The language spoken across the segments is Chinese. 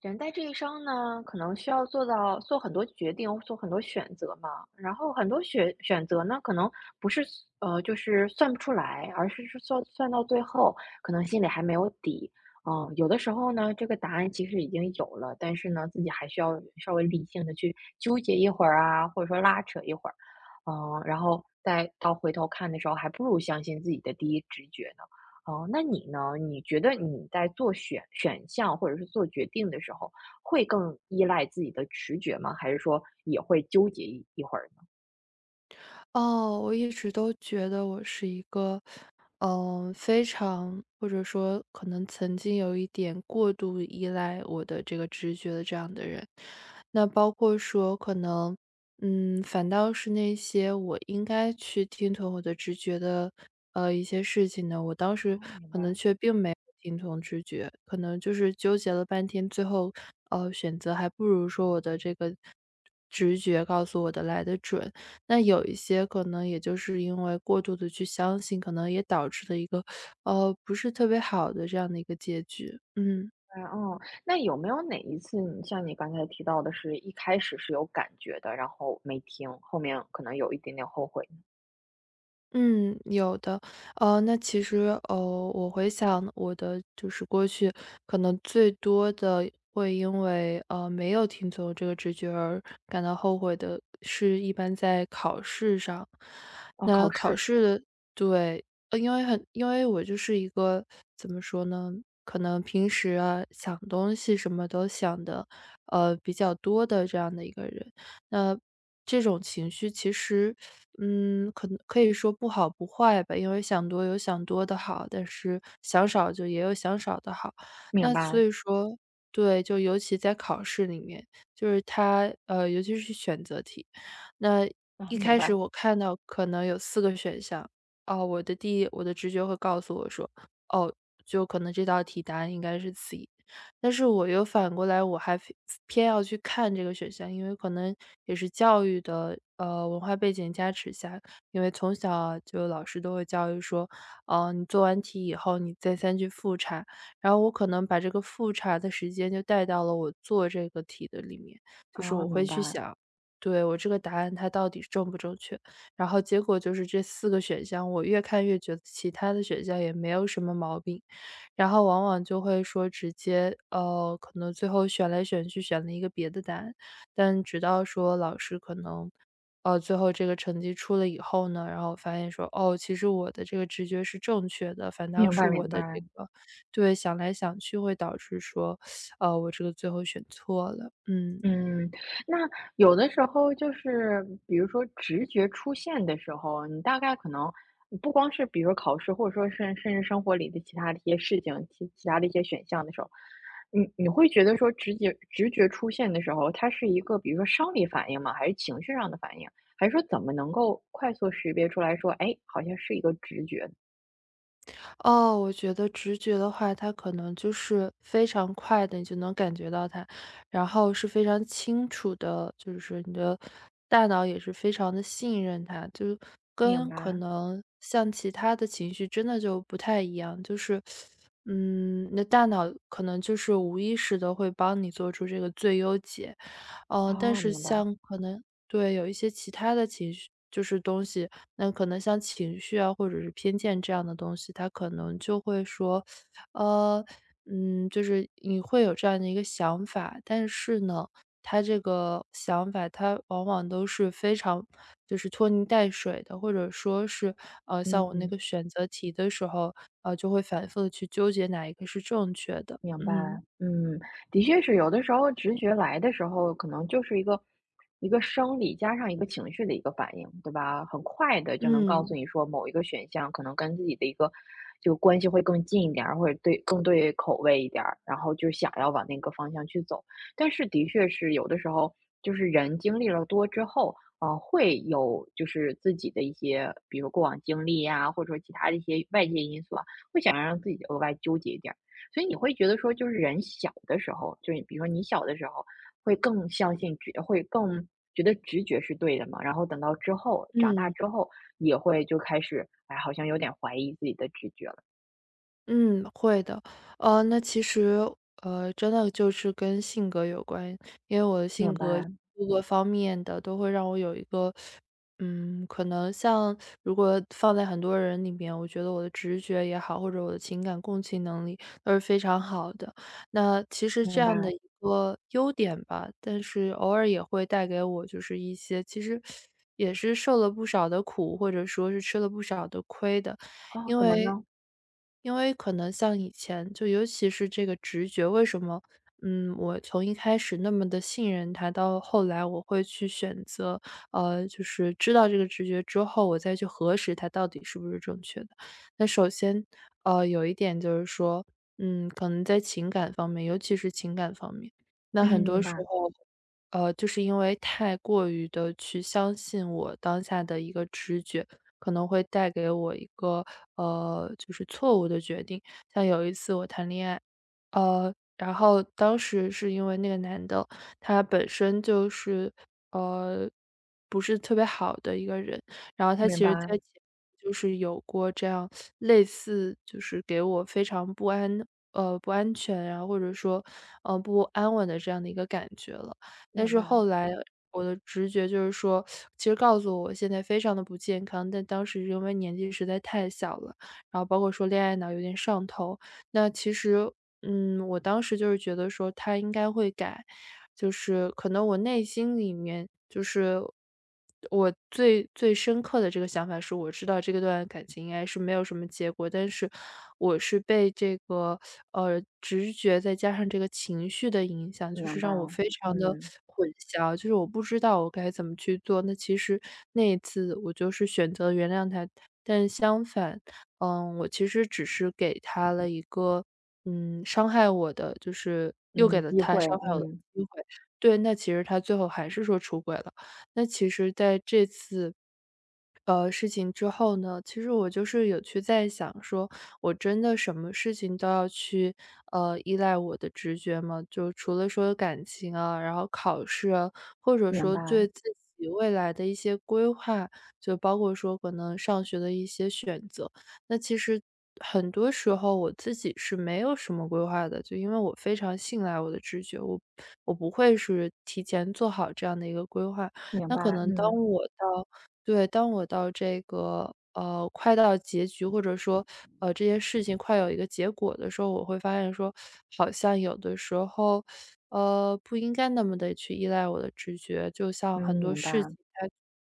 人在这一生呢，可能需要做很多决定，做很多选择嘛。然后很多选择呢，可能不是就是算不出来，而是算到最后，可能心里还没有底。有的时候呢，这个答案其实已经有了，但是呢，自己还需要稍微理性的去纠结一会儿啊，或者说拉扯一会儿，然后再到回头看的时候，还不如相信自己的第一直觉呢。哦，那你呢？你觉得你在做选项或者是做决定的时候，会更依赖自己的直觉吗？还是说也会纠结一会儿呢？哦，我一直都觉得我是一个，非常或者说可能曾经有一点过度依赖我的这个直觉的这样的人。那包括说可能，反倒是那些我应该去听从我的直觉的，一些事情呢，我当时哦，明可能白。却并没有听从直觉，可能就是纠结了半天，最后，选择还不如说我的这个直觉告诉我的来的准。那有一些可能也就是因为过度的去相信，可能也导致了一个，不是特别好的这样的一个结局，嗯。哎，嗯，那有没有哪一次你像你刚才提到的是，一开始是有感觉的，然后没听，后面可能有一点点后悔呢？嗯，有的。呃，那其实，呃，我回想我的就是过去，可能最多的会因为，没有听从这个直觉而感到后悔的，是一般在考试上。哦，那考考试。试的，对，因为很我就是一个怎么说呢，可能平时啊，想东西什么都想的，比较多的这样的一个人。那这种情绪其实，嗯，可能可以说不好不坏吧，因为想多有想多的好，但是想少就也有想少的好。明那所白。以说，对，就尤其在考试里面，就是它尤其是选择题，那哦，一明开白。始我看到可能有四个选项，哦，我的直觉会告诉我说，哦，就可能这道题答案应该是 C。但是我又反过来，我还非偏要去看这个选项，因为可能也是教育的文化背景加持下，因为从小啊就老师都会教育说，你做完题以后，你再三去复查，然后我可能把这个复查的时间就带到了我做这个题的里面，就是哦，我会明去白。想。对我这个答案，它到底正不正确？然后结果就是这四个选项，我越看越觉得其他的选项也没有什么毛病，然后往往就会说直接可能最后选来选去选了一个别的答案，但直到说老师可能，最后这个成绩出了以后呢，然后我发现说，哦，其实我的这个直觉是正确的，反倒明是白。我明的白。这个，对，想来想去会导致说，我这个最后选错了，嗯。嗯，那有的时候就是比如说直觉出现的时候，你大概可能不光是比如说考试，或者说甚至生活里的其他的一些事情，其他的一些选项的时候，你会觉得说直觉出现的时候，它是一个比如说生理反应吗？还是情绪上的反应？还是说怎么能够快速识别出来说，哎，好像是一个直觉？哦，我觉得直觉的话，它可能就是非常快的，你就能感觉到它，然后是非常清楚的，就是你的大脑也是非常的信任它，就明跟可白。能像其他的情绪真的就不太一样。就是，嗯，你的大脑可能就是无意识的会帮你做出这个最优解。嗯，但哦，是明白。像可能，对，有一些其他的情绪就是东西，那可能像情绪啊，或者是偏见这样的东西，他可能就会说，呃，嗯，就是你会有这样的一个想法，但是呢，他这个想法，他往往都是非常就是拖泥带水的，或者说是，像我那嗯。个选择题的时候，就会反复的去纠结哪一个是正确的。明白。嗯嗯，的确是有的时候直觉来的时候，可能就是一个生理加上一个情绪的一个反应，对吧？很快的就能告诉嗯你说某一个选项可能跟自己的一个就关系会更近一点儿，或者更对口味一点儿，然后就想要往那个方向去走。但是的确是有的时候，就是人经历了多之后，会有就是自己的一些，比如过往经历呀、或者说其他的一些外界因素啊，会想要让自己额外纠结一点儿。所以你会觉得说，就是人小的时候，就是比如说你小的时候，会更觉得直觉是对的嘛，然后等到之后长大嗯。之后，也会就开始，哎，好像有点怀疑自己的直觉了。嗯，会的。呃，那其实，呃，真的就是跟性格有关，因为我的性明格白。各个方面的都会让我有一个，嗯，可能像如果放在很多人里面，我觉得我的直觉也好，或者我的情感共情能力都是非常好的。那其实这明样的白。一个优点吧，但是偶尔也会带给我就是一些其实也是受了不少的苦，或者说是吃了不少的亏的。哦，因怎么为呢？因为可能像以前，就尤其是这个直觉，为什么，嗯，我从一开始那么的信任他，到后来我会去选择，就是知道这个直觉之后，我再去核实它到底是不是正确的。那首先，有一点就是说，嗯，可能在情感方面，尤其是情感方面，那很嗯。多明时白。候，就是因为太过于的去相信我当下的一个直觉，可能会带给我一个，就是错误的决定。像有一次我谈恋爱，然后当时是因为那个男的，他本身就是，呃，不是特别好的一个人，然后他其明实在白。前就是有过这样类似就是给我非常不安，不安全，然后或者说，不安稳的这样的一个感觉了。但明是白。后来我的直觉就是说，其实告诉我现在非常的不健康，但当时因为年纪实在太小了，然后包括说恋爱脑有点上头。那其实，嗯，我当时就是觉得说他应该会改，就是可能我内心里面我最深刻的这个想法是，我知道这个段感情应该是没有什么结果，但是我是被这个，直觉再加上这个情绪的影响，就是明白。让我非常的嗯。混淆，就是我不知道我该怎么去做。那其实那一次我就是选择原谅他，但相反，嗯，我其实只是给他了一个，嗯，伤害我的就是又给嗯，了机他会。伤害我的嗯。机会。对，那其实他最后还是说出轨了。那其实在这次，事情之后呢，其实我就是有去在想说，我真的什么事情都要去，依赖我的直觉吗？就除了说感情啊，然后考试啊，或者明说对白。自己未来的一些规划，就包括说可能上学的一些选择，那其实。很多时候我自己是没有什么规划的，就因为我非常信赖我的直觉，我不会是提前做好这样的一个规划，明那可白。能当嗯。我到，对，当我到这个，快到结局，或者说，这些事情快有一个结果的时候，我会发现说，好像有的时候，不应该那么的去依赖我的直觉，就像嗯。很多明白。事情它，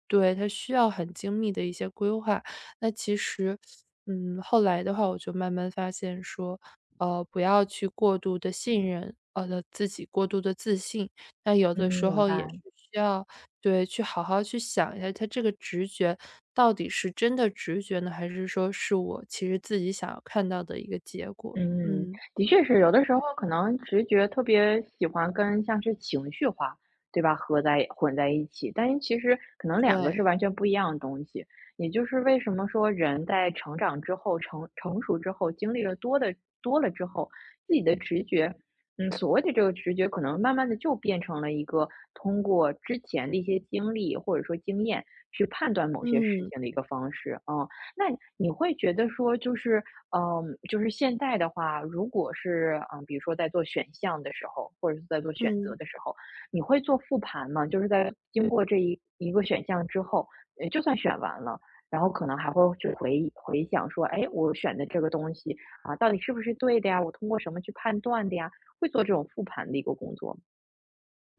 对，它需要很精密的一些规划。那其实，嗯，后来的话我就慢慢发现说，不要去过度的信任，自己过度的自信，那有嗯。的时明候也是白。需要，对，去好好去想一下，他这个直觉到底是真的直觉呢，还是说是我其实自己想要看到的一个结果？嗯，嗯，的确是，有的时候可能直觉特别喜欢跟像是情绪化，对吧，混在一起，但是其实可能两个是对，完全不一样的东西。也就是为什么说人在成长之后、成熟之后，经历了多了之后，自己的直觉，所谓的这个直觉，可能慢慢的就变成了一个通过之前的一些经历或者说经验去判断某些事嗯情的一个方式，嗯。那你会觉得说，就是就是现在的话，如果是比如说在做选项的时候，或者是在做选择嗯的时候，你会做复盘吗？就是在经过这一个选项之后，就算选完了，然后可能还会去回想说，哎，我选的这个东西啊，到底是不是对的呀？我通过什么去判断的呀？会做这种复盘的一个工作吗？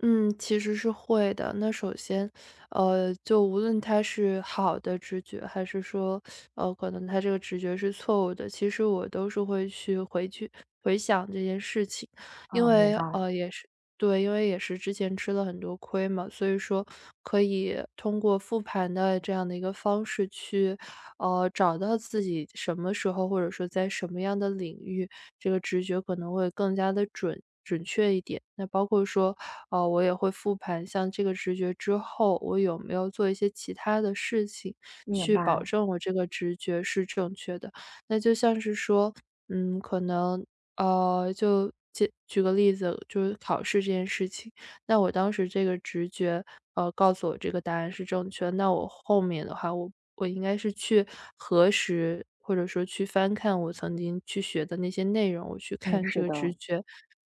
嗯，其实是会的。那首先，就无论他是好的直觉，还是说，可能他这个直觉是错误的，其实我都是会去回想这件事情，因啊，明为，白。也是。对，因为也是之前吃了很多亏嘛，所以说可以通过复盘的这样的一个方式去，找到自己什么时候或者说在什么样的领域，这个直觉可能会更加的准确一点。那包括说，我也会复盘，像这个直觉之后，我有没有做一些其他的事情，明去白。保证我这个直觉是正确的。那就像是说，嗯，可能就举个例子，就是考试这件事情，那我当时这个直觉，告诉我这个答案是正确的，那我后面的话，我应该是去核实，或者说去翻看我曾经去学的那些内容，我去嗯，看这是个直的。觉，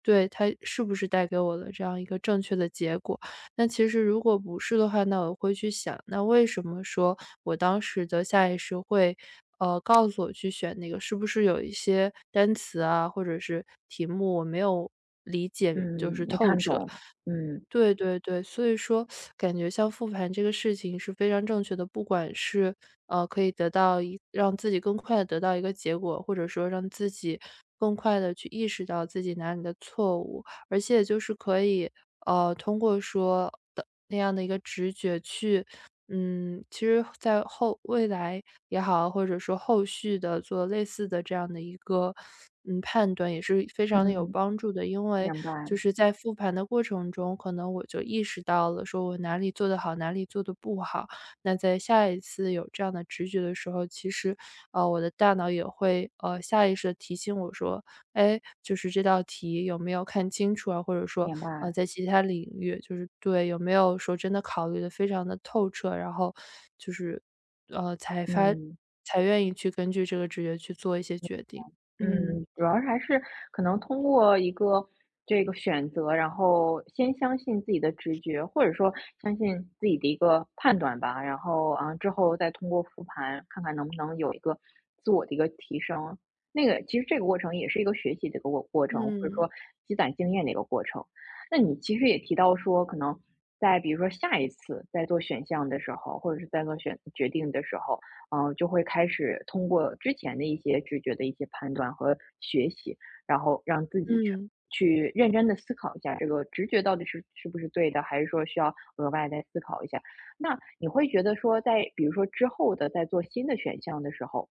对，它是不是带给我的这样一个正确的结果。那其实如果不是的话，那我会去想，那为什么说我当时的下意识会，告诉我去选那个，是不是有一些单词啊，或者是题目我没有理解就嗯，是没透看彻。懂。嗯。对对对，所以说感觉像复盘这个事情是非常正确的，不管是，可以得到一让自己更快的得到一个结果，或者说让自己更快的去意识到自己哪里的错误，而且就是可以，通过说的那样的一个直觉去嗯，其实在后未来也好，或者说后续的做类似的这样的一个，嗯，判断也是非常的有嗯，帮助的。因为明白。就是在复盘的过程中，可能我就意识到了说我哪里做得好，哪里做得不好。那在下一次有这样的直觉的时候，其实，我的大脑也会，下意识的提醒我说哎，就是这道题有没有看清楚啊，或者说，明白。在其他领域，就是对，有没有说真的考虑的非常的透彻，然后就是，呃，才发嗯。才愿意去根据这个直觉去做一些决定。嗯，嗯，主要是还是可能通过这个选择，然后先相信自己的直觉，或者说相信自己的一个判断吧，然后啊之后再通过复盘看看能不能有一个自我的一个提升。那个其实这个过程也是一个学习的一个过程，或者嗯，说积攒经验的一个过程。那你其实也提到说，可能在比如说下一次在做选项的时候，或者是在做决定的时候，嗯，就会开始通过之前的一些直觉的一些判断和学习，然后让自己去嗯，去认真的思考一下这个直觉到底是不是对的，还是说需要额外再思考一下。那你会觉得说在比如说之后的在做新的选项的时候，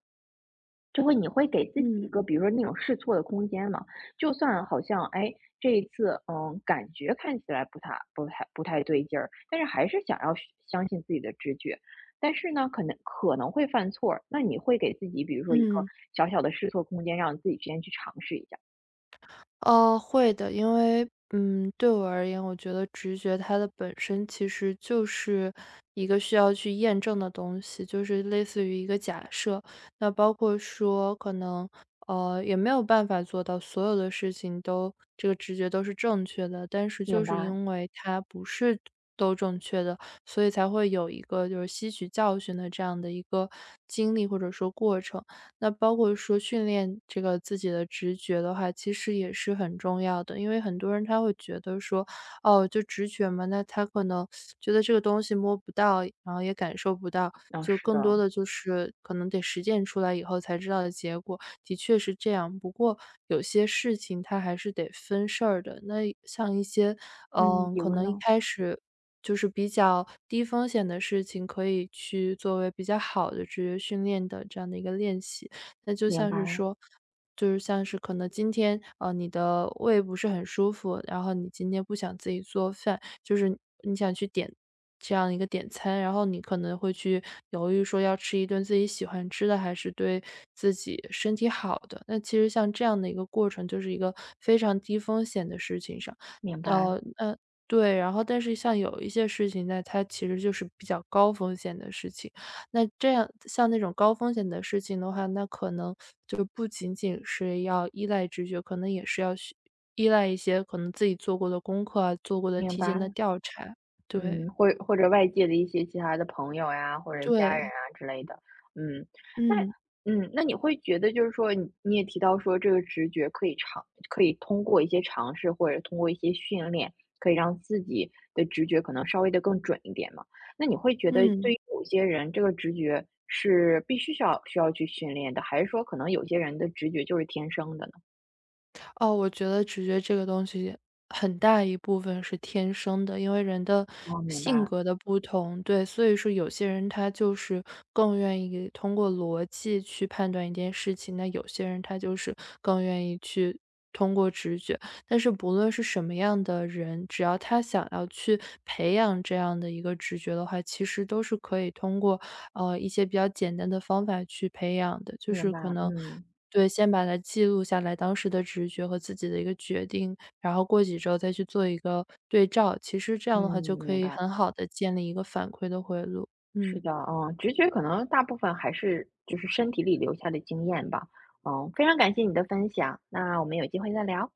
你会给自己一嗯，个，比如说那种试错的空间嘛。就算好像，哎，这一次，感觉看起来不太对劲儿，但是还是想要去相信自己的直觉。但是呢，可能会犯错儿那你会给自己，比如说一个嗯。小小的试错空间，让自己先去尝试一下。哦，会的，因为，嗯，对我而言，我觉得直觉它的本身其实就是一个需要去验证的东西，就是类似于一个假设。那包括说可能，也没有办法做到所有的事情都这个直觉都是正确的，但是就明是白。因为它不是都正确的，所以才会有一个就是吸取教训的这样的一个经历或者说过程。那包括说训练这个自己的直觉的话，其实也是很重要的。因为很多人他会觉得说，哦，就直觉嘛，那他可能觉得这个东西摸不到，然后也感受不到，嗯，就是更多的。的就是可能得实践出来以后才知道的结果。的确是这样，不过有些事情它还是得分事儿的。那像一些，嗯，嗯，比可如能一呢？开始。就是比较低风险的事情，可以去作为比较好的直觉训练的这样的一个练习。那就明像白。是说，就是像是可能今天，你的胃不是很舒服，然后你今天不想自己做饭，就是你想去点这样一个点餐，然后你可能会去犹豫说要吃一顿自己喜欢吃的，还是对自己身体好的。那其实像这样的一个过程，就是一个非常低风险的事情上，明白。呃，嗯，对，然后但是像有一些事情，呢，它其实就是比较高风险的事情。那这样像那种高风险的事情的话，那可能就不仅仅是要依赖直觉，可能也是要去依赖一些可能自己做过的功课啊，做过的明提前的白。调查。对，嗯，或者外界的一些其他的朋友呀，或者家人对，啊之类的，嗯。那嗯，那你会觉得就是说，你也提到说这个直觉可以通过一些尝试或者通过一些训练，可以让自己的直觉可能稍微的更准一点嘛？那你会觉得嗯。对于有些人，这个直觉是必须需要去训练的，还是说可能有些人的直觉就是天生的呢？哦，我觉得直觉这个东西很大一部分是天生的，因为人的哦，明性白。格的不同，对，所以说有些人他就是更愿意通过逻辑去判断一件事情，那有些人他就是更愿意去但是不论是什么样的人，只要他想要去培养这样的一个直觉的话，其实都是可以通过，一些比较简单的方法去培养的。就明是白。可能嗯对，先把它记录下来当时的直觉和自己的一个决定，然后过几周再去做一个对照，其实这嗯，样的话就可明以白。很好的建立一个反馈的回路，是嗯。的，嗯，直觉可能大部分还是就是身体里留下的经验吧。嗯，非常感谢你的分享，那我们有机会再聊。